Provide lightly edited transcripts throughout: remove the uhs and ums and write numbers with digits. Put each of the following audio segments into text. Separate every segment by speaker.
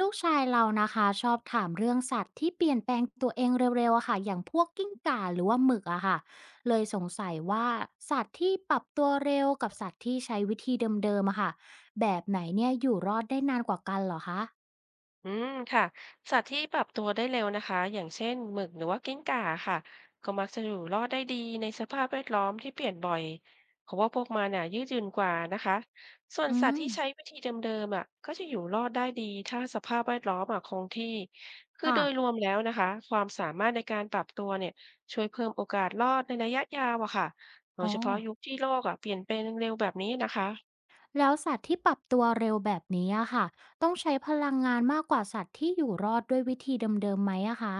Speaker 1: ลูกชายเรานะคะชอบถามเรื่องสัตว์ที่เปลี่ยนแปลงตัวเองเร็วๆอะค่ะอย่างพวกกิ้งก่าหรือว่าหมึกอะค่ะเลยสงสัยว่าสัตว์ที่ปรับตัวเร็วกับสัตว์ที่ใช้วิธีเดิมๆอะค่ะแบบไหนเนี่ยอยู่รอดได้นานกว่ากันเหรอคะ
Speaker 2: อืมค่ะสัตว์ที่ปรับตัวได้เร็วนะคะอย่างเช่นหมึกหรือว่ากิ้งก่าค่ะก็มักจะอยู่รอดได้ดีในสภาพแวดล้อมที่เปลี่ยนบ่อยเพราะว่าพวกมันน่ะยืดหยุ่นกว่านะคะส่วน
Speaker 1: อื
Speaker 2: สัตว์
Speaker 1: ม
Speaker 2: ที่ใช้วิธีเดิมๆอ่ะก็จะอยู่รอดได้ดีถ้าสภาพแวดล้อมอ่ะคงที่คือโด
Speaker 1: ค่ะ
Speaker 2: ยรวมแล้วนะคะความสามารถในการปรับตัวเนี่ยช่วยเพิ่มโอกาสรอดในระยะยาวอะค่ะโดย
Speaker 1: อ๋อ
Speaker 2: เฉพาะยุคที่โลกอ่ะเปลี่ยนแปลงเร็วแบบนี้นะคะ
Speaker 1: แล้วสัตว์ที่ปรับตัวเร็วแบบนี้อะค่ะต้องใช้พลังงานมากกว่าสัตว์ที่อยู่รอดด้วยวิธีเดิมๆไหมอะคะ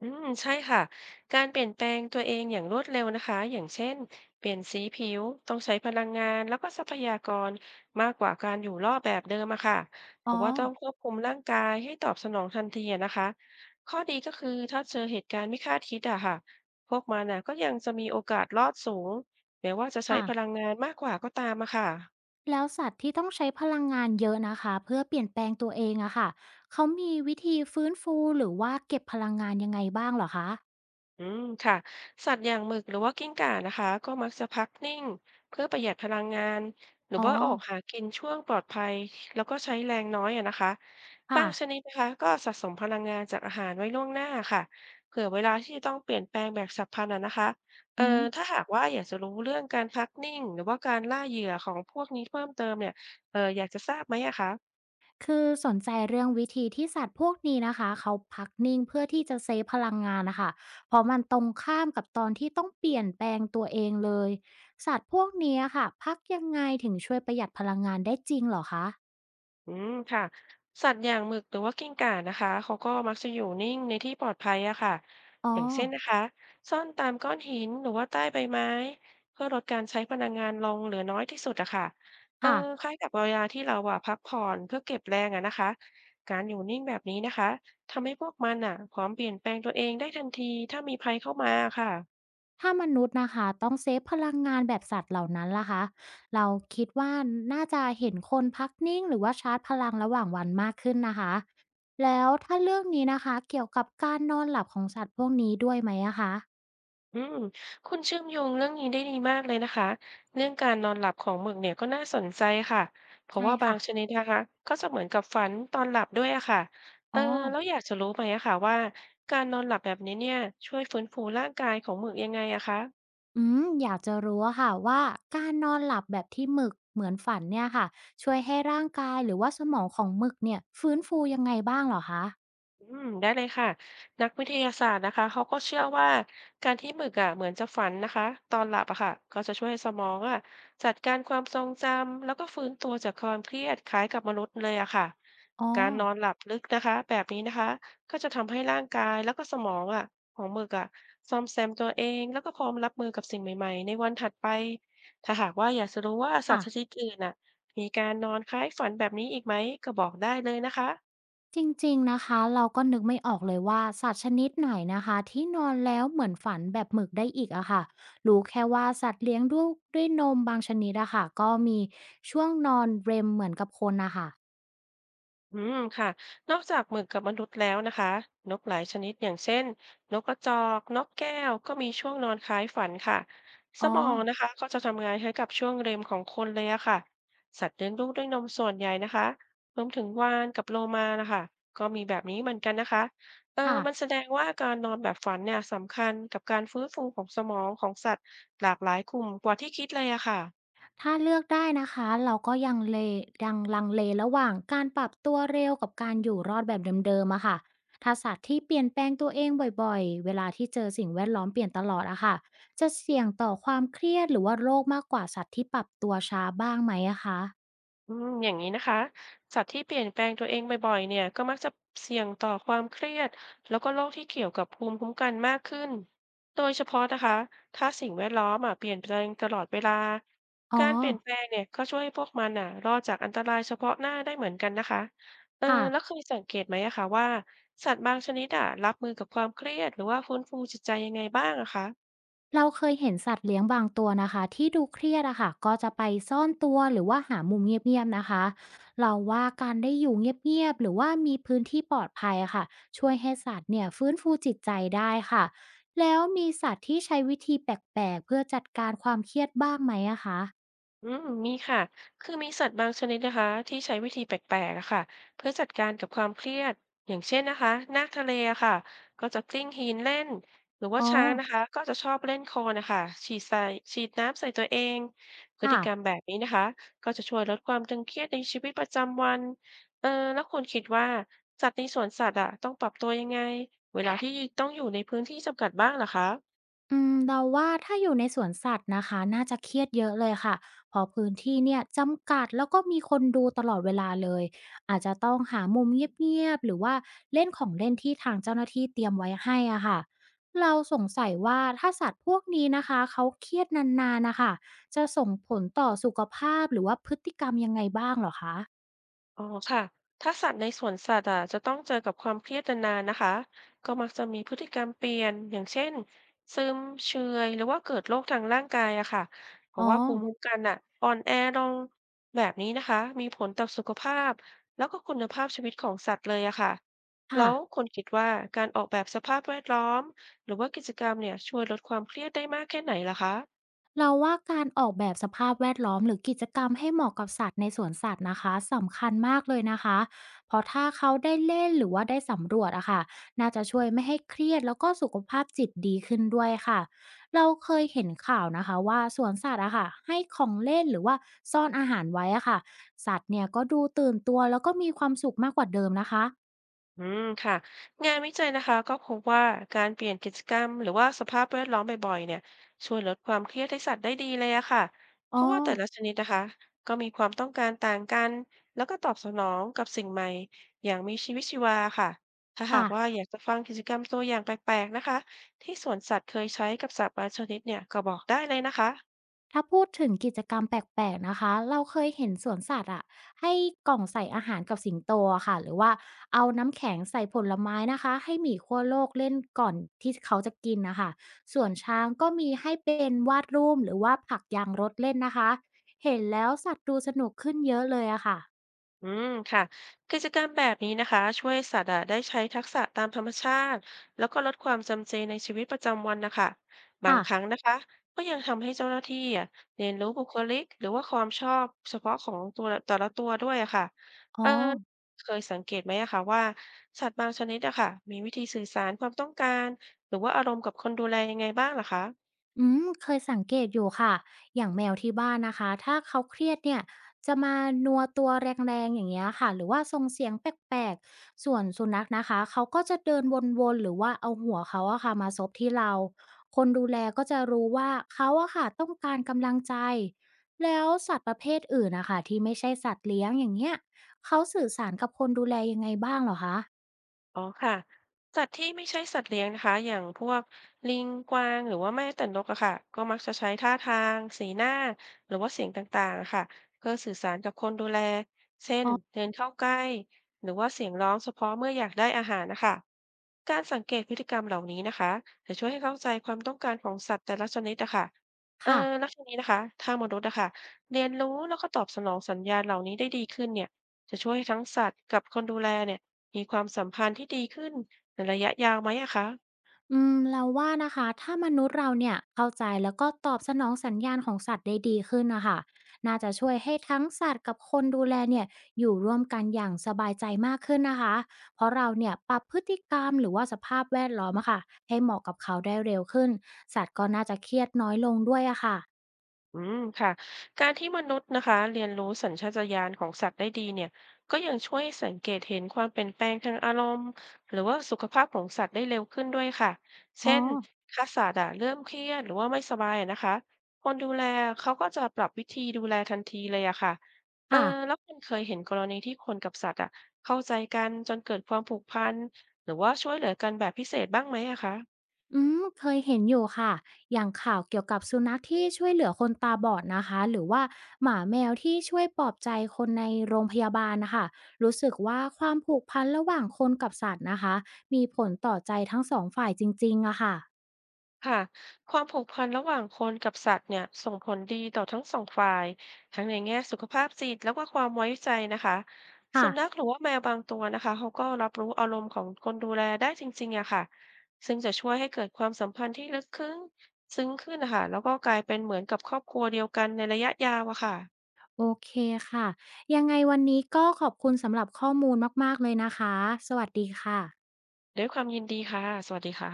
Speaker 2: อืมใช่ค่ะการเปลี่ยนแปลงตัวเองอย่างรวดเร็วนะคะอย่างเช่นเปลี่ยนสีผิวต้องใช้พลังงานแล้วก็ทรัพยากรมากกว่าการอยู่รอดแบบเดิมอะค่ะเพ
Speaker 1: อ๋อ
Speaker 2: ราะว่าต้องควบคุมร่างกายให้ตอบสนองทันทีอะนะคะข้อดีก็คือถ้าเจอเหตุการณ์ไม่คาดคิดอะค่ะพวกมันน่ะก็ยังจะมีโอกาสรอดสูงแม้ว่าจะใช้
Speaker 1: ค่ะ
Speaker 2: พลังงานมากกว่าก็ตามอะค่ะ
Speaker 1: แล้วสัตว์ที่ต้องใช้พลังงานเยอะนะคะเพื่อเปลี่ยนแปลงตัวเองอะค่ะเขามีวิธีฟื้นฟูหรือว่าเก็บพลังงานยังไงบ้างเหรอคะ
Speaker 2: อืมค่ะสัตว์อย่างหมึกหรือว่ากิ้งก่านะคะก็มักจะพักนิ่งเพื่อประหยัดพลังงานหรือ
Speaker 1: อ๋อ
Speaker 2: ว่าออกหากินช่วงปลอดภัยแล้วก็ใช้แรงน้อยอะนะคะบา
Speaker 1: ค่ะ
Speaker 2: งชนิดนะคะก็สะสมพลังงานจากอาหารไว้ล่วงหน้าค่ะเผื่อเวลาที่จะต้องเปลี่ยนแปลงแบบฉับพลันอะนะคะเอ่อ
Speaker 1: อืม
Speaker 2: ถ้าหากว่าอยากจะรู้เรื่องการพักนิ่งหรือว่าการล่าเหยื่อของพวกนี้เพิ่มเติมเนี่ยอยากจะทราบไหมอะคะ
Speaker 1: คือสนใจเรื่องวิธีที่สัตว์พวกนี้นะคะเขาพักนิ่งเพื่อที่จะเซฟพลังงานนะคะเพราะมันตรงข้ามกับตอนที่ต้องเปลี่ยนแปลงตัวเองเลยสัตว์พวกนี้อะค่ะพักยังไงถึงช่วยประหยัดพลังงานได้จริงเหรอคะ
Speaker 2: อืมค่ะสัตว์อย่างหมึกหรือว่ากิ้งก่านะคะเขาก็มักจะอยู่นิ่งในที่ปลอดภัยอะค่ะ
Speaker 1: อ๋อ
Speaker 2: อย่างเช่นนะคะซ่อนตามก้อนหินหรือว่าใต้ใบไม้เพื่อลดการใช้พลังงานลงเหลือน้อยที่สุดอะค่ะเออ
Speaker 1: ค่ะ
Speaker 2: คล้ายกับเวลาที่เราอะพักผ่อนเพื่อเก็บแรงอะนะคะการอยู่นิ่งแบบนี้นะคะทำให้พวกมันอะพร้อมเปลี่ยนแปลงตัวเองได้ทันทีถ้ามีภัยเข้ามาค่ะ
Speaker 1: ถ้ามนุษย์นะคะต้องเซฟพลังงานแบบสัตว์เหล่านั้นล่ะคะเราคิดว่าน่าจะเห็นคนพักนิ่งหรือว่าชาร์จพลังระหว่างวันมากขึ้นนะคะแล้วถ้าเรื่องนี้นะคะเกี่ยวกับการนอนหลับของสัตว์พวกนี้ด้วยไหมอะคะ
Speaker 2: อืมคุณเชื่อมโยงเรื่องนี้ได้ดีมากเลยนะคะ เรื่องการนอนหลับของหมึกเนี่ยก็น่าสนใจค่ะเพราะ
Speaker 1: ใช่
Speaker 2: ว่าบาง
Speaker 1: ค่ะ
Speaker 2: ชนิดนะคะก็จะเหมือนกับฝันตอนหลับด้วยอะค่ะเอ
Speaker 1: อ๋
Speaker 2: อ
Speaker 1: อ
Speaker 2: แล้วอยากจะรู้ไหมอะค่ะว่าการนอนหลับแบบนี้เนี่ยช่วยฟื้นฟูร่างกายของหมึกยังไงอะคะ
Speaker 1: อืมอยากจะรู้อะค่ะว่าการนอนหลับแบบที่หมึกเหมือนฝันเนี่ยค่ะช่วยให้ร่างกายหรือว่าสมองของหมึกเนี่ยฟื้นฟูยังไงบ้างเหรอคะ
Speaker 2: อืมได้เลยค่ะนักวิทยาศาสตร์นะคะเขาก็เชื่อว่าการที่หมึกอ่ะเหมือนจะฝันนะคะตอนหลับอะค่ะก็จะช่วยให้สมองอ่ะจัดการความทรงจำแล้วก็ฟื้นตัวจากความเครียดคล้ายกับมนุษย์เลยอะค่ะ
Speaker 1: อ๋อ
Speaker 2: การนอนหลับลึกนะคะแบบนี้นะคะก็จะทำให้ร่างกายแล้วก็สมองอ่ะของหมึกอ่ะซ่อมแซมตัวเองแล้วก็พร้อมรับมือกับสิ่งใหม่ๆในวันถัดไปถ้าหากว่าอยากจะรู้ว่าสัต
Speaker 1: ค่ะ
Speaker 2: ว์ชนิดอื่นอ่ะมีการนอนคล้ายฝันแบบนี้อีกไหมก็บอกได้เลยนะคะ
Speaker 1: จริงๆ นะคะเราก็นึกไม่ออกเลยว่าสัตว์ชนิดไหนนะคะที่นอนแล้วเหมือนฝันแบบหมึกได้อีกอะค่ะรู้แค่ว่าสัตว์เลี้ยงดูกด้วยนมบางชนิดอะค่ะก็มีช่วงนอนเร็มเหมือนกับคนนะค่ะ
Speaker 2: อืมค่ะ นอกจากหมึกกับมนุษย์แล้วนะคะนกหลายชนิดอย่างเช่นนกกระจอกนกแก้วก็มีช่วงนอนคล้ายฝันค่ะส
Speaker 1: อ๋อ
Speaker 2: มองนะคะก็จะทำงานให้กับช่วงเรมของคนเลยอะค่ะสัตว์เลี้ยงลูกด้วยนมส่วนใหญ่นะคะรวมถึงวาฬกับโลมานะคะก็มีแบบนี้เหมือนกันนะคะเออมัน
Speaker 1: ค่ะ
Speaker 2: แสดงว่าการนอนแบบฝันเนี่ยสำคัญกับการฟื้นฟูของสมองของสัตว์หลากหลายกลุ่มกว่าที่คิดเลยอะค่ะ
Speaker 1: ถ้าเลือกได้นะคะเราก็ยังลังเลระหว่างการปรับตัวเร็วกับการอยู่รอดแบบเดิมๆอะค่ะถ้าสัตว์ที่เปลี่ยนแปลงตัวเองบ่อยๆเวลาที่เจอสิ่งแวดล้อมเปลี่ยนตลอดอะค่ะจะเสี่ยงต่อความเครียดหรือว่าโรคมากกว่าสัตว์ที่ปรับตัวช้าบ้างไหมอะคะ
Speaker 2: อืมอย่างนี้นะคะสัตว์ที่เปลี่ยนแปลงตัวเองบ่อยๆเนี่ยก็มักจะเสี่ยงต่อความเครียดแล้วก็โรคที่เกี่ยวกับภูมิคุ้มกันมากขึ้นโดยเฉพาะนะคะถ้าสิ่งแวดล้อมอ่ะเปลี่ยนแปลงตลอดเวลา
Speaker 1: อ๋อ
Speaker 2: การเปลี่ยนแปลงเนี่ยก็ช่วยให้พวกมันอ่ะรอดจากอันตรายเฉพาะหน้าได้เหมือนกันนะคะเออ
Speaker 1: ค่ะ
Speaker 2: แล้วเคยสังเกตไหมอะคะว่าสัตว์บางชนิดอ่ะรับมือกับความเครียดหรือว่าฟื้นฟูจิตใจยังไงบ้างอะคะ
Speaker 1: เราเคยเห็นสัตว์เลี้ยงบางตัวนะคะที่ดูเครียดอะค่ะก็จะไปซ่อนตัวหรือว่าหามุมเงียบๆนะคะเราว่าการได้อยู่เงียบๆหรือว่ามีพื้นที่ปลอดภัยอะค่ะช่วยให้สัตว์เนี่ยฟื้นฟูจิตใจได้ค่ะแล้วมีสัตว์ที่ใช้วิธีแปลกๆเพื่อจัดการความเครียดบ้างไหมอะคะ
Speaker 2: อืมมีค่ะ คือมีสัตว์บางชนิดนะคะที่ใช้วิธีแปลกๆอะค่ะเพื่อจัดการกับความเครียดอย่างเช่นนะคะนาคทะเลอะค่ะก็จะกลิ้งหินเล่นหรือว่า
Speaker 1: อ๋อ
Speaker 2: ช้างนะคะก็จะชอบเล่นโคลนนะคะฉีดใส่ฉีดน้ำใส่ตัวเองพฤติ
Speaker 1: ค่ะ
Speaker 2: กรรมแบบนี้นะคะก็จะช่วยลดความตึงเครียดในชีวิตประจำวันเออแล้วคุณคิดว่าสัตว์ในสวนสัตว์อะต้องปรับตัวยังไงเวลาที่ต้องอยู่ในพื้นที่จำกัดบ้างเหรอคะ
Speaker 1: อืมเราว่าถ้าอยู่ในสวนสัตว์นะคะน่าจะเครียดเยอะเลยค่ะเพราะพื้นที่เนี่ยจำกัดแล้วก็มีคนดูตลอดเวลาเลยอาจจะต้องหามุมเงียบๆหรือว่าเล่นของเล่นที่ทางเจ้าหน้าที่เตรียมไว้ให้อะค่ะเราสงสัยว่าถ้าสัตว์พวกนี้นะคะเขาเครียดนานๆนะคะจะส่งผลต่อสุขภาพหรือว่าพฤติกรรมยังไงบ้างเหรอคะ
Speaker 2: อ๋อค่ะถ้าสัตว์ในสวนสัตว์อ่ะจะต้องเจอกับความเครียดนานๆนะคะก็มักจะมีพฤติกรรมเปลี่ยน อย่างเช่นซึมเฉื่อยหรือว่าเกิดโรคทางร่างกายอะค่ะเพ
Speaker 1: อ๋
Speaker 2: ราะ
Speaker 1: อ
Speaker 2: ว่าภูมิคุ้มกันอ่ะอ่อนแอลงแบบนี้นะคะมีผลต่อสุขภาพแล้วก็คุณภาพชีวิตของสัตว์เลยอะค่ะแล้
Speaker 1: ค่ะ
Speaker 2: วคุณคิดว่าการออกแบบสภาพแวดล้อมหรือว่ากิจกรรมเนี่ยช่วยลดความเครียดได้มากแค่ไหนล่ะคะ
Speaker 1: เราว่าการออกแบบสภาพแวดล้อมหรือกิจกรรมให้เหมาะกับสัตว์ในสวนสัตว์นะคะสำคัญมากเลยนะคะเพราะถ้าเขาได้เล่นหรือว่าได้สำรวจอะค่ะน่าจะช่วยไม่ให้เครียดแล้วก็สุขภาพจิตดีขึ้นด้วยค่ะเราเคยเห็นข่าวนะคะว่าสวนสัตว์อะค่ะให้ของเล่นหรือว่าซ่อนอาหารไว้อะค่ะสัตว์เนี่ยก็ดูตื่นตัวแล้วก็มีความสุขมากกว่าเดิมนะคะ
Speaker 2: อืมค่ะงานวิจัยนะคะก็พบว่าการเปลี่ยนกิจกรรมหรือว่าสภาพแวดล้อมบ่อยๆเนี่ยช่วยลดความเครียดให้สัตว์ได้ดีเลยอะค่ะเพ
Speaker 1: อ๋อ
Speaker 2: ราะว่าแต่ละชนิดนะคะก็มีความต้องการต่างกันแล้วก็ตอบสนองกับสิ่งใหม่อย่างมีชีวิตชีวาค่ะถ้าหา
Speaker 1: ค่ะ
Speaker 2: กว่าอยากจะฟังกิจกรรมตัวอย่างแปลกๆนะคะที่สวนสัตว์เคยใช้กับสัตว์บางชนิดเนี่ยก็บอกได้เลยนะคะ
Speaker 1: ถ้าพูดถึงกิจกรรมแปลกๆนะคะ เราเคยเห็นสวนสัตว์อะให้กล่องใส่อาหารกับสิงโตอะค่ะหรือว่าเอาน้ำแข็งใส่ผลไม้นะคะให้หมีขั้วโลกเล่นก่อนที่เขาจะกินนะคะส่วนช้างก็มีให้เป็นวาดรูปหรือว่าผักยางรถเล่นนะคะ เห็นแล้วสัตว์ดูสนุกขึ้นเยอะเลยอะค่ะ
Speaker 2: อืมค่ะกิจกรรมแบบนี้นะคะช่วยสัตว์อะได้ใช้ทักษะตามธรรมชาติแล้วก็ลดความจำเจในชีวิตประจำวันนะคะบางครั้
Speaker 1: ค่ะ
Speaker 2: งนะคะก็ยังทำให้เจ้าหน้าที่อะเรียนรู้บุคลิกหรือว่าความชอบเฉพาะของตัวแต่ละตัวด้วยอะค่ะ
Speaker 1: อ๋
Speaker 2: เอ
Speaker 1: อ
Speaker 2: อเคยสังเกตไหมอะคะว่าสัตว์บางชนิดอะค่ะมีวิธีสื่อสารความต้องการหรือว่าอารมณ์กับคนดูแลยังไงบ้างเหรอคะ
Speaker 1: อืมเคยสังเกตอยู่ค่ะ อย่างแมวที่บ้านนะคะ ถ้าเขาเครียดเนี่ยจะมานัวตัวแรงๆอย่างเงี้ยค่ะหรือว่าส่งเสียงแปลกๆ ส่วนสุนัขนะคะ เขาก็จะเดินวนๆหรือว่าเอาหัวเขาอะค่ะมาซบที่เรา คนดูแลก็จะรู้ว่าเขาอะค่ะต้องการกำลังใจ แล้วสัตว์ประเภทอื่นนะคะที่ไม่ใช่สัตว์เลี้ยงอย่างเงี้ยเขาสื่อสารกับคนดูแลยังไงบ้างเหรอคะ
Speaker 2: อ๋อค่ะสัตว์ที่ไม่ใช่สัตว์เลี้ยงนะคะอย่างพวกลิงกวางหรือว่าแม่แต่นกอะค่ะก็มักจะใช้ท่าทางสีหน้าหรือว่าเสียงต่างๆอะค่ะเพื่อสื่อสารกับคนดูแลเช่น
Speaker 1: อ๋อ
Speaker 2: เดินเข้าใกล้หรือว่าเสียงร้องเฉพาะเมื่ออยากได้อาหารนะคะการสังเกตพฤติกรรมเหล่านี้นะคะจะช่วยให้เข้าใจความต้องการของสัตว์แต่ละชนิดอะค่ะเออ
Speaker 1: ค่ะ
Speaker 2: แล้วทีนี้นะคะถ้ามนุษย์อะค่ะเรียนรู้แล้วก็ตอบสนองสัญญาณเหล่านี้ได้ดีขึ้นเนี่ยจะช่วยให้ทั้งสัตว์กับคนดูแลเนี่ย มีความสัมพันธ์ที่ดีขึ้นในระยะยาวไหมอะคะ
Speaker 1: อืมเราว่านะคะถ้ามนุษย์เราเนี่ยเข้าใจแล้วก็ตอบสนองสัญญาณของสัตว์ได้ดีขึ้นนะคะน่าจะช่วยให้ทั้งสัตว์กับคนดูแลเนี่ยอยู่ร่วมกันอย่างสบายใจมากขึ้นนะคะ เพราะเราเนี่ยปรับพฤติกรรมหรือว่าสภาพแวดล้อมอะค่ะให้เหมาะกับเขาได้เร็วขึ้นสัตว์ก็น่าจะเครียดน้อยลงด้วยอะค่ะ
Speaker 2: อืมค่ะการที่มนุษย์นะคะเรียนรู้สัญชาตญาณของสัตว์ได้ดีเนี่ยก็ยังช่วยสังเกตเห็นความเปลี่ยนแปลงทางอารมณ์หรือว่าสุขภาพของสัตว์ได้เร็วขึ้นด้วยค่ะ
Speaker 1: อ๋อ
Speaker 2: เช่นถ้าสัตว์อะเริ่มเครียดหรือว่าไม่สบายอะนะคะ คนดูแลเขาก็จะปรับวิธีดูแลทันทีเลยอะค่ะเออ
Speaker 1: ค่ะ
Speaker 2: แล้วคุณเคยเห็นกรณีที่คนกับสัตว์อะเข้าใจกันจนเกิดความผูกพันหรือว่าช่วยเหลือกันแบบพิเศษบ้างไหมอะคะ
Speaker 1: อืมเคยเห็นอยู่ค่ะอย่างข่าวเกี่ยวกับสุนัขที่ช่วยเหลือคนตาบอดนะคะ หรือว่าหมาแมวที่ช่วยปลอบใจคนในโรงพยาบาลนะคะ รู้สึกว่าความผูกพันระหว่างคนกับสัตว์นะคะ มีผลต่อใจทั้งสองฝ่ายจริงๆอะค่ะ
Speaker 2: ค่ะความผูกพันระหว่างคนกับสัตว์เนี่ยส่งผลดีต่อทั้งสองฝ่ายทั้งในแง่สุขภาพจิตแล้วก็ความไว้ใจนะคะสุนัข
Speaker 1: ค่ะ
Speaker 2: หรือว่าแมวบางตัวนะคะเขาก็รับรู้อารมณ์ของคนดูแลได้จริงๆอะค่ะซึ่งจะช่วยให้เกิดความสัมพันธ์ที่ลึกขึ้นซึ้งขึ้นนะคะแล้วก็กลายเป็นเหมือนกับครอบครัวเดียวกันในระยะยาวอะค่ะ
Speaker 1: โอเคค่ะ ยังไงวันนี้ก็ขอบคุณสำหรับข้อมูลมากๆเลยนะคะ สวัสดีค่ะ
Speaker 2: ด้วยความยินดีค่ะสวัสดีค่ะ